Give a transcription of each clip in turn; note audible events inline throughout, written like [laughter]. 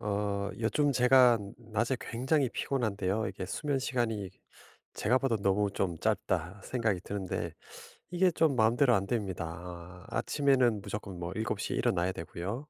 요즘 제가 낮에 굉장히 피곤한데요. 이게 수면 시간이 제가 봐도 너무 좀 짧다 생각이 드는데 이게 좀 마음대로 안 됩니다. 아침에는 무조건 뭐 7시에 일어나야 되고요.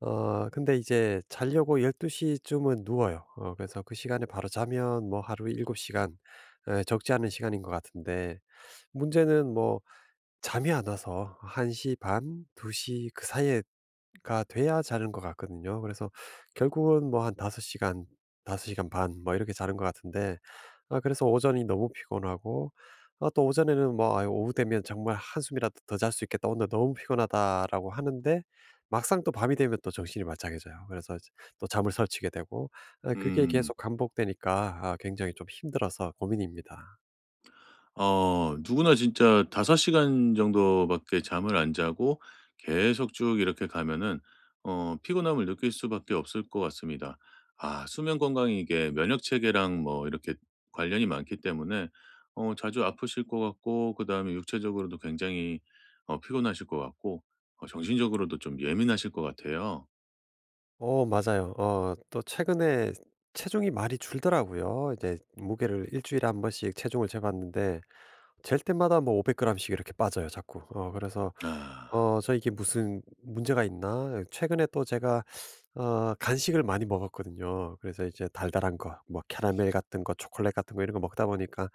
근데 이제 자려고 12시쯤은 누워요. 그래서 그 시간에 바로 자면 뭐 하루 7시간, 적지 않은 시간인 것 같은데, 문제는 뭐 잠이 안 와서 1시 반, 2시 그 사이에가 돼야 자는 것 같거든요. 그래서 결국은 뭐 한 5 시간, 5 시간 반, 뭐 이렇게 자는 것 같은데 그래서 오전이 너무 피곤하고. 또 오전에는 뭐 오후 되면 '정말 한숨이라도 더 잘 수 있겠다. 오늘 너무 피곤하다.'라고 하는데, 막상 또 밤이 되면 또 정신이 맞짝해져요. 그래서 이제 또 잠을 설치게 되고. 그게 음. 계속 반복되니까 굉장히 좀 힘들어서 고민입니다. 누구나 진짜 5 시간 정도밖에 잠을 안 자고 계속 쭉 이렇게 가면은 피곤함을 느낄 수밖에 없을 것 같습니다. 수면 건강이 이게 면역 체계랑 뭐 이렇게 관련이 많기 때문에 자주 아프실 것 같고 그다음에 육체적으로도 굉장히 피곤하실 것 같고 정신적으로도 좀 예민하실 것 같아요. 어 맞아요. 또 최근에 체중이 많이 줄더라고요. 이제 무게를 일 주일에 한 번씩 체중을 재 봤는데, 잴 때마다 뭐 500g 씩 이렇게 빠져요, 자꾸. 그래서 아. '어 저, 이게 무슨 문제가 있나?' 최근에 또 제가 간식을 많이 먹었거든요. 그래서 이제 달달한 거 뭐 캐러멜 같은 거, 초콜릿 같은 거, 이런 거 먹다 보니까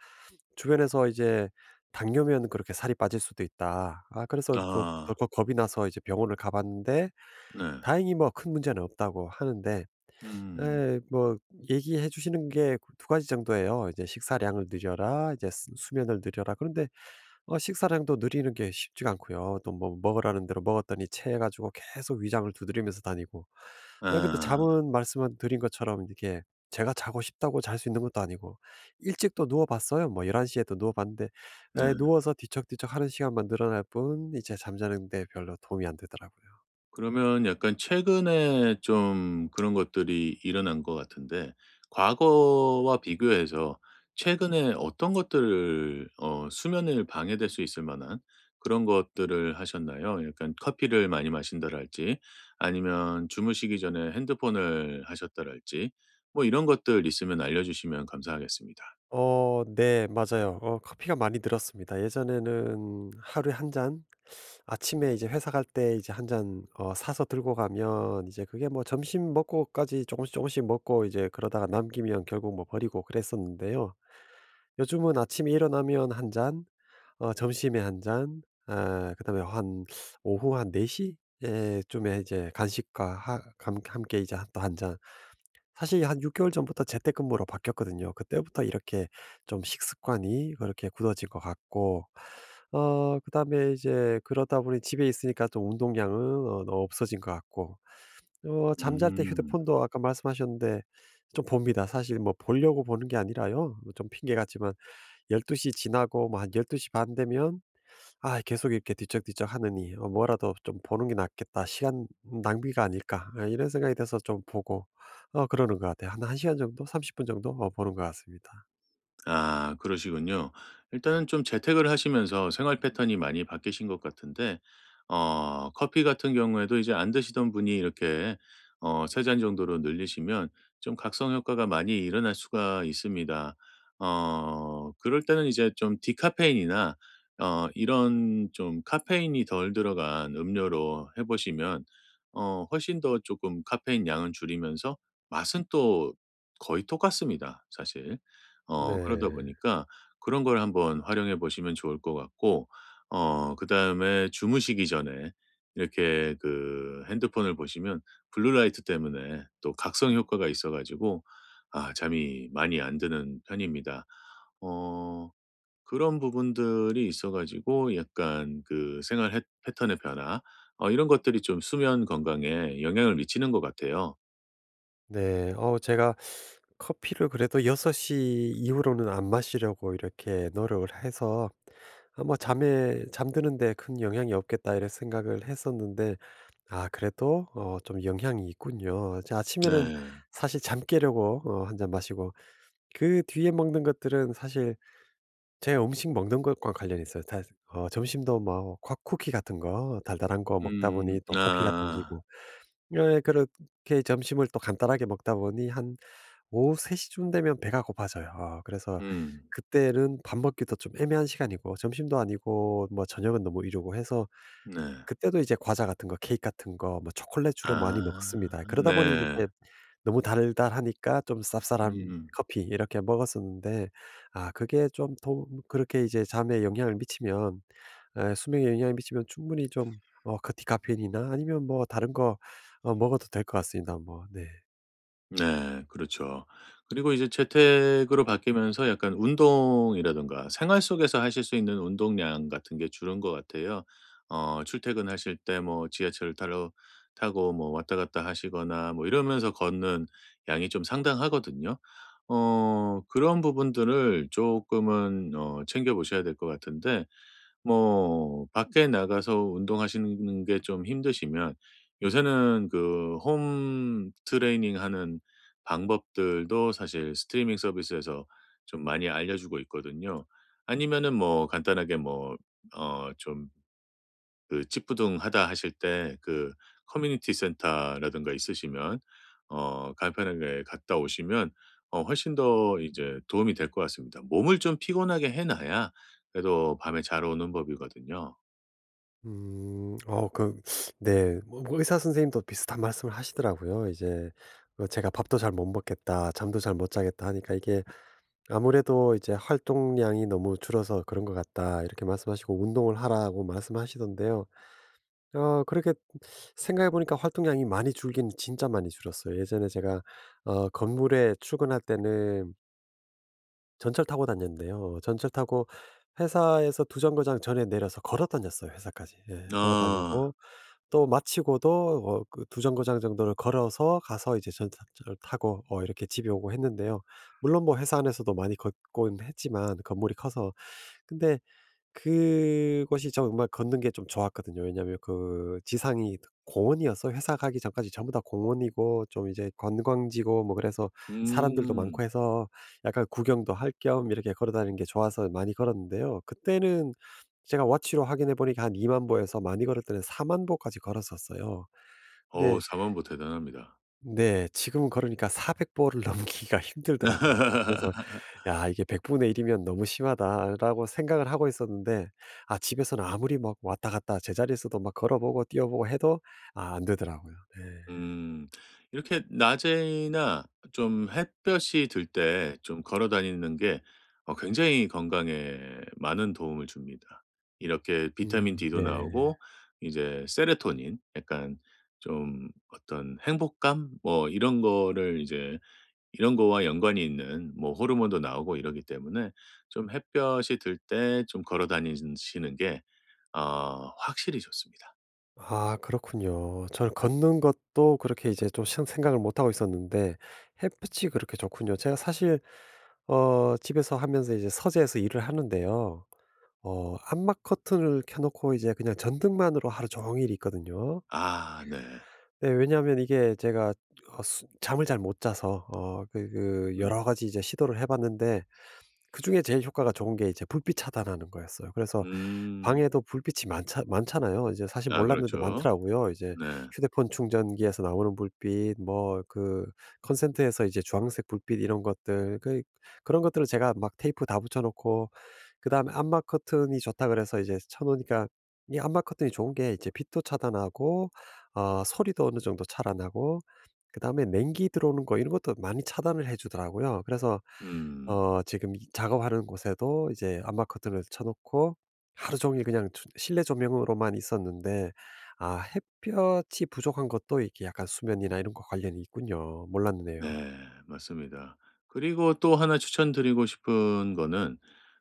주변에서 이제 "당뇨면 그렇게 살이 빠질 수도 있다." 그래서 그 아. 덜컥 겁이 나서 이제 병원을 가 봤는데, 네. 다행히 뭐 큰 문제는 없다고 하는데 음. 에 뭐 얘기해 주시는 게 두 가지 정도예요. 이제 "식사량을 늘려라." 이제 수면을 늘려라." 그런데 식사량도 늘리는 게 쉽지가 않고요. 또 뭐 먹으라는 대로 먹었더니 체해 가지고 계속 위장을 두드리면서 다니고. 네, 근데 아. 잠은 말씀 드린 것처럼 이게 제가 자고 싶다고 잘 수 있는 것도 아니고, 일찍 또 누워 봤어요. 뭐 1 1시 에도 누워 봤는데, 네. 예, 누워서 뒤척뒤척하는 시간만 늘어날 뿐 이제 잠자는 데 별로 도움이 안 되더라고요. 그러면 약간 최근에 좀 그런 것들이 일어난 것 같은데 과거와 비교해서 최근에 어떤 것들을 수면을 방해될 수 있을 만한 그런 것들을 하셨나요? 약간 커피를 많이 마신다랄지 아니면 주무시기 전에 핸드폰을 하셨다랄지 뭐 이런 것들 있으면 알려주시면 감사하겠습니다. 네. 맞아요. 커피가 많이 늘었습니다. 예전에는 하루에 한잔, 아침에 이제 회사 갈 때 이제 한 잔 사서 들고 가면 이제 그게 뭐 점심 먹고까지 조금씩 조금씩 먹고, 이제 그러다가 남기면 결국 뭐 버리고 그랬었는데요. 요즘은 아침에 일어나면 한 잔, 점심에 한 잔, 그다음에 한 오후 한 4 시 예 쯤에 이제 간식과 하 감 함께 이제 또한잔. 사실 한 6 개월 전부터 재택근무로 바뀌었거든요. 그때부터 이렇게 좀 식습관이 그렇게 굳어진 것 같고 그다음에 이제 그러다 보니 집에 있으니까 좀 운동량은 너무 없어진 것 같고. 잠잘 때 음. 휴대폰도 아까 말씀하셨는데 좀 봅니다. 사실 뭐 보려고 보는 게 아니라요, 뭐 좀 핑계 같지만 12시 지나고 뭐 한 12시 반 되면 '아 계속 이렇게 뒤척뒤척 하느니 어 뭐라도 좀 보는 게 낫겠다. 시간 낭비가 아닐까.' 이런 생각이 돼서 좀 보고 그러는 것 같아요. 한 1 시간 정도, 30분 정도 보는 것 같습니다. 그러시군요. 일단은 좀 재택을 하시면서 생활 패턴이 많이 바뀌신 것 같은데 커피 같은 경우에도 이제 안 드시던 분이 이렇게 3잔 정도로 늘리시면 좀 각성 효과가 많이 일어날 수가 있습니다. 그럴 때는 이제 좀 디카페인이나 이런 좀 카페인이 덜 들어간 음료로 해 보시면 훨씬 더 조금 카페인 양은 줄이면서 맛은 또 거의 똑같습니다 사실. 그러다 네. 보니까 그런 걸 한번 활용해 보시면 좋을 것 같고 그다음에 주무시기 전에 이렇게 그 핸드폰을 보시면 블루라이트 때문에 또 각성 효과가 있어 가지고 잠이 많이 안 드는 편입니다. 어 그런 부분들이 있어 가지고 약간 그 생활 해 패턴의 변화 이런 것들이 좀 수면 건강에 영향을 미치는 것 같아요. 네. 제가 커피를 그래도 6시 이후로는 안 마시려고 이렇게 노력을 해서, 뭐 잠에 '잠드는 데 큰 영향이 없겠다.' 이런 생각을 했었는데 그래도 좀 영향이 있군요. 제 아침에는 네. 사실 잠 깨려고 한 잔 마시고, 그 뒤에 먹는 것들은 사실 제 음식 먹는 것과 관련이 있어요. 다 점심도 뭐 콱 쿠키 같은 거, 달달한 거 먹다 음. 보니 또 커피가 아. 당기고, 예, 그렇게 점심을 또 간단하게 먹다 보니 한 오후 3 시쯤 되면 배가 고파져요. 그래서 음. 그때는 밥 먹기도 좀 애매한 시간이고, 점심도 아니고 뭐 저녁은 너무 이르고 해서 네. 그때도 이제 과자 같은 거, 케이크 같은 거 뭐 초콜릿 주로 많이 아 먹습니다. 그러다 보니 이게 네. 너무 달달하니까 좀 쌉쌀한 음. 커피 이렇게 먹었었는데, 그게 좀 도움 그렇게 이제 잠에 영향을 미치면, 수명에 영향을 미치면 충분히 좀 그 디카페인이나 아니면 뭐 다른 거 먹어도 될 것 같습니다. 뭐 네. 네. 그렇죠. 그리고 이제 재택으로 바뀌면서 약간 운동이라든가 생활 속에서 하실 수 있는 운동량 같은 게 줄은 것 같아요. 출퇴근하실 때 뭐 지하철을 타러 타고 뭐 왔다 갔다 하시거나 뭐 이러면서 걷는 양이 좀 상당하거든요. 그런 부분들을 쪼끔은 챙겨 보셔야 될 것 같은데 뭐 밖에 나가서 운동하시는 게 좀 힘드시면 요새는 그 홈 트레이닝 하는 방법들도 사실 스트리밍 서비스에서 좀 많이 알려주고 있거든요. 아니면은 뭐 간단하게 뭐어좀 그 찌뿌둥하다 하실 때 그 커뮤니티 센터라든가 있으시면 간편하게 갔다 오시면 훨씬 더 이제 도움이 될 것 같습니다. 몸을 좀 피곤하게 해 놔야 그래도 밤에 잘 오는 법이거든요. 음. 그 네. 뭐 의사 선생님도 비슷한 말씀을 하시더라고요. 이제 제가 "밥도 잘 못 먹겠다. 잠도 잘 못 자겠다." 하니까 이게 아무래도 이제 "활동량이 너무 줄어서 그런 것 같다." 이렇게 말씀하시고 운동을 하라고 말씀하시던데요. 그렇게 생각해 보니까 활동량이 많이 줄긴 진짜 많이 줄었어요. 예전에 제가 건물에 출근할 때는 전철 타고 다녔는데요. 전철 타고 회사에서 두 정거장 전에 내려서 걸어 다녔어요, 회사까지. 예. 걸어 아. 다니고 또 마치고도 그 두 정거장 정도를 걸어서 가서 이제 전차를 타고 이렇게 집에 오고 했는데요. 물론 뭐 회사 안에서도 많이 걷곤 했지만, 건물이 커서. 근데 그곳이 정말 걷는 게 좀 좋았거든요. 왜냐하면 그 지상이 공원이어서 회사 가기 전까지 전부 다 공원이고, 좀 이제 관광지고 뭐 그래서 사람들도 많고 음. 해서 약간 구경도 할 겸 이렇게 걸어 다니는 게 좋아서 많이 걸었는데요. 그때는 제가 워치로 확인해 보니까 한 2만 보에서, 많이 걸을 때는 4만 보까지 걸었었어요. 어우 근데 4 만보 대단합니다. 네, 지금은 걸으니까 400보를 [laughs] 넘기기가 힘들더라고요. 좀 그래서 [laughs] '야, 이게 100분의 1 이면 너무 심하다.'라고 생각을 하고 있었는데 집에서는 아무리 막 왔다 갔다 제자리에서도 막 걸어보고 뛰어보고 해도 안 되더라고요. 네. 음. 이렇게 낮에나 좀 햇볕이 들 때 좀 걸어 다니는 게 굉장히 건강에 많은 도움을 줍니다. 이렇게 비타민 음, D도 네. 나오고 이제 세로토닌 약간 좀 어떤 행복감 뭐 이런 거를 이제 이런 거와 연관이 있는 뭐 호르몬도 나오고 이러기 때문에 좀 햇볕이 들 때 좀 걸어 다니시는 게 확실히 좋습니다. 그렇군요. 저는 걷는 것도 그렇게 이제 좀 생 생각을 못 하고 있었는데 햇빛이 그렇게 좋군요. 제가 사실 집에서 하면서 이제 서재에서 일을 하는데요. 암막 커튼을 켜 놓고 이제 그냥 전등만으로 하루 종일 있거든요. 아 네. 예, 왜냐하면 이게 제가 어 수 잠을 잘 못 자서 그 음. 여러 가지 이제 시도를 해 봤는데, 그중에 제일 효과가 좋은 게 이제 불빛 차단하는 거였어요. 그래서 음. 방에도 불빛이 많자 많잖아요. 이제 사실 아 몰랐는데 그렇죠. 많더라고요. 이제 네. 휴대폰 충전기에서 나오는 불빛 뭐 그 콘센트에서 이제 주황색 불빛 이런 것들, 그런 것들을 제가 막 테이프 다 붙여 놓고, 그다음에 암막 커튼이 좋다 그래서 이제 쳐 놓으니까 이 암막 커튼이 좋은 게 이제 빛도 차단하고 소리도 어느 정도 차단하고 그다음에 냉기 들어오는 거 이런 것도 많이 차단을 해 주더라고요. 그래서 음. 지금 이 작업하는 곳에도 이제 암막 커튼을 쳐 놓고 하루 종일 그냥 조 실내 조명으로만 있었는데, 햇볕이 부족한 것도 이게 약간 수면이나 이런 거 관련이 있군요. 몰랐네요. 네. 맞습니다. 그리고 또 하나 추천드리고 싶은 거는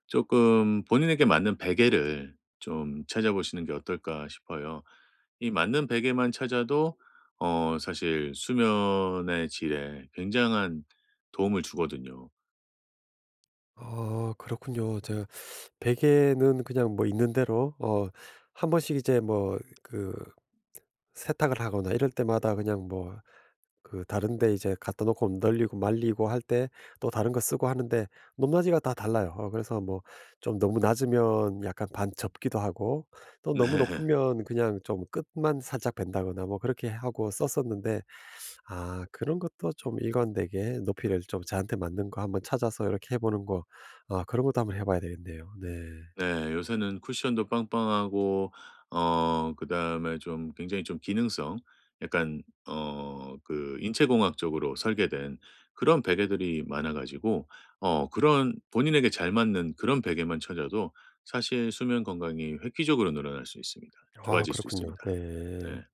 조금 본인에게 맞는 베개를 좀 찾아보시는 게 어떨까 싶어요. 이 맞는 베개만 찾아도 사실 수면의 질에 굉장한 도움을 주거든요. 그렇군요. 제가 베개는 그냥 뭐 있는 대로 한 번씩 이제 뭐 그 세탁을 하거나 이럴 때마다 그냥 뭐 그 다른 데 이제 갖다 놓고 널리고 말리고 할 때 또 다른 거 쓰고 하는데, 높낮이가 다 달라요. 그래서 뭐 좀 너무 낮으면 약간 반 접기도 하고, [laughs] 또 네. 너무 높으면 그냥 좀 끝만 살짝 벤다거나 뭐 그렇게 하고 썼었는데, 그런 것도 좀 일관되게 높이를 좀 저한테 맞는 거 한번 찾아서 이렇게 해 보는 거, 그런 것도 한번 해 봐야 되겠네요. 네. 네. 요새는 쿠션도 빵빵하고 그다음에 좀 굉장히 좀 기능성 약간 그 인체공학적으로 설계된 그런 베개들이 많아 가지고 그런 본인에게 잘 맞는 그런 베개만 찾아도 사실 수면 건강이 획기적으로 늘어날 수 있습니다. 좋아질 수 그렇군요. 있습니다. 네. 네.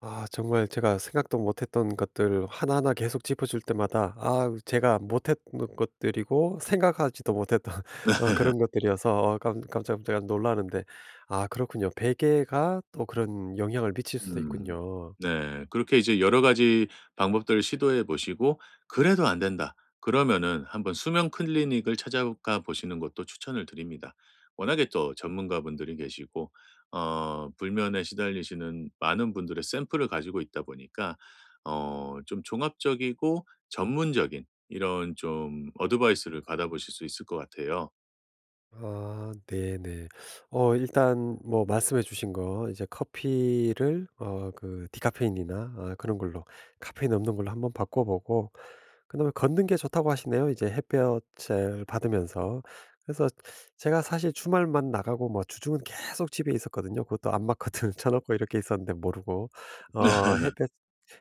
정말 제가 생각도 못했던 것들 하나하나 계속 짚어줄 때마다 제가 못했던 것들이고 생각하지도 못했던 [laughs] 그런 것들이어서 깜 깜짝깜짝 놀라는데, 그렇군요. 베개가 또 그런 영향을 미칠 수도 음. 있군요. 네. 그렇게 이제 여러 가지 방법들을 시도해 보시고 그래도 안 된다. 그러면은 한번 수면 클리닉을 찾아가 보시는 것도 추천을 드립니다. 워낙에 또 전문가분들이 계시고 불면에 시달리시는 많은 분들의 샘플을 가지고 있다 보니까 어 좀 종합적이고 전문적인 이런 좀 어드바이스를 받아보실 수 있을 것 같아요. 네네. 일단 뭐 말씀해 주신 거 이제 커피를 그 디카페인이나 그런 걸로, 카페인 없는 걸로 한번 바꿔 보고 그다음에 걷는 게 좋다고 하시네요, 이제 햇볕을 받으면서. 그래서 제가 사실 주말만 나가고 뭐 주중은 계속 집에 있었거든요. 그것도 암막 커튼 [laughs] 쳐 놓고 이렇게 있었는데, 모르고. 어 [laughs] 햇볕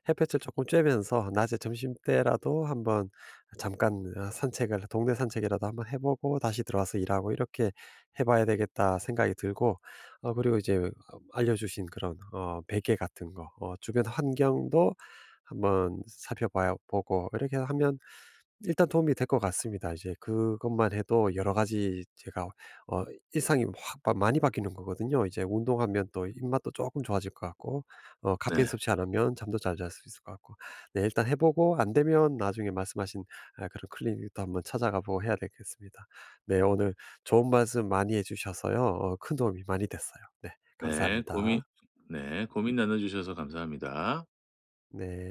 햇볕을 조금 쬐면서 낮에 점심때라도 한번 잠깐 산책을 동네 산책이라도 한번 해 보고 다시 들어와서 일하고 이렇게 해 봐야 되겠다 생각이 들고 그리고 이제 알려 주신 그런 베개 같은 거 주변 환경도 한번 살펴봐야 보고, 이렇게 하면 일단 도움이 될 것 같습니다. 이제 그것만 해도 여러 가지 제가 어 일상이 확 바 많이 바뀌는 거거든요. 이제 운동하면 또 입맛도 조금 좋아질 것 같고 카페인 네. 섭취 안 하면 잠도 잘 잘 수 있을 것 같고. 네, 일단 해 보고 안 되면 나중에 말씀하신 그런 클리닉도 한번 찾아가 보고 해야 되겠습니다. 네, 오늘 좋은 말씀 많이 해 주셔서요, 큰 도움이 많이 됐어요. 네, 네. 고민 감사합니다. 네. 고민 나눠 주셔서 감사합니다. 네.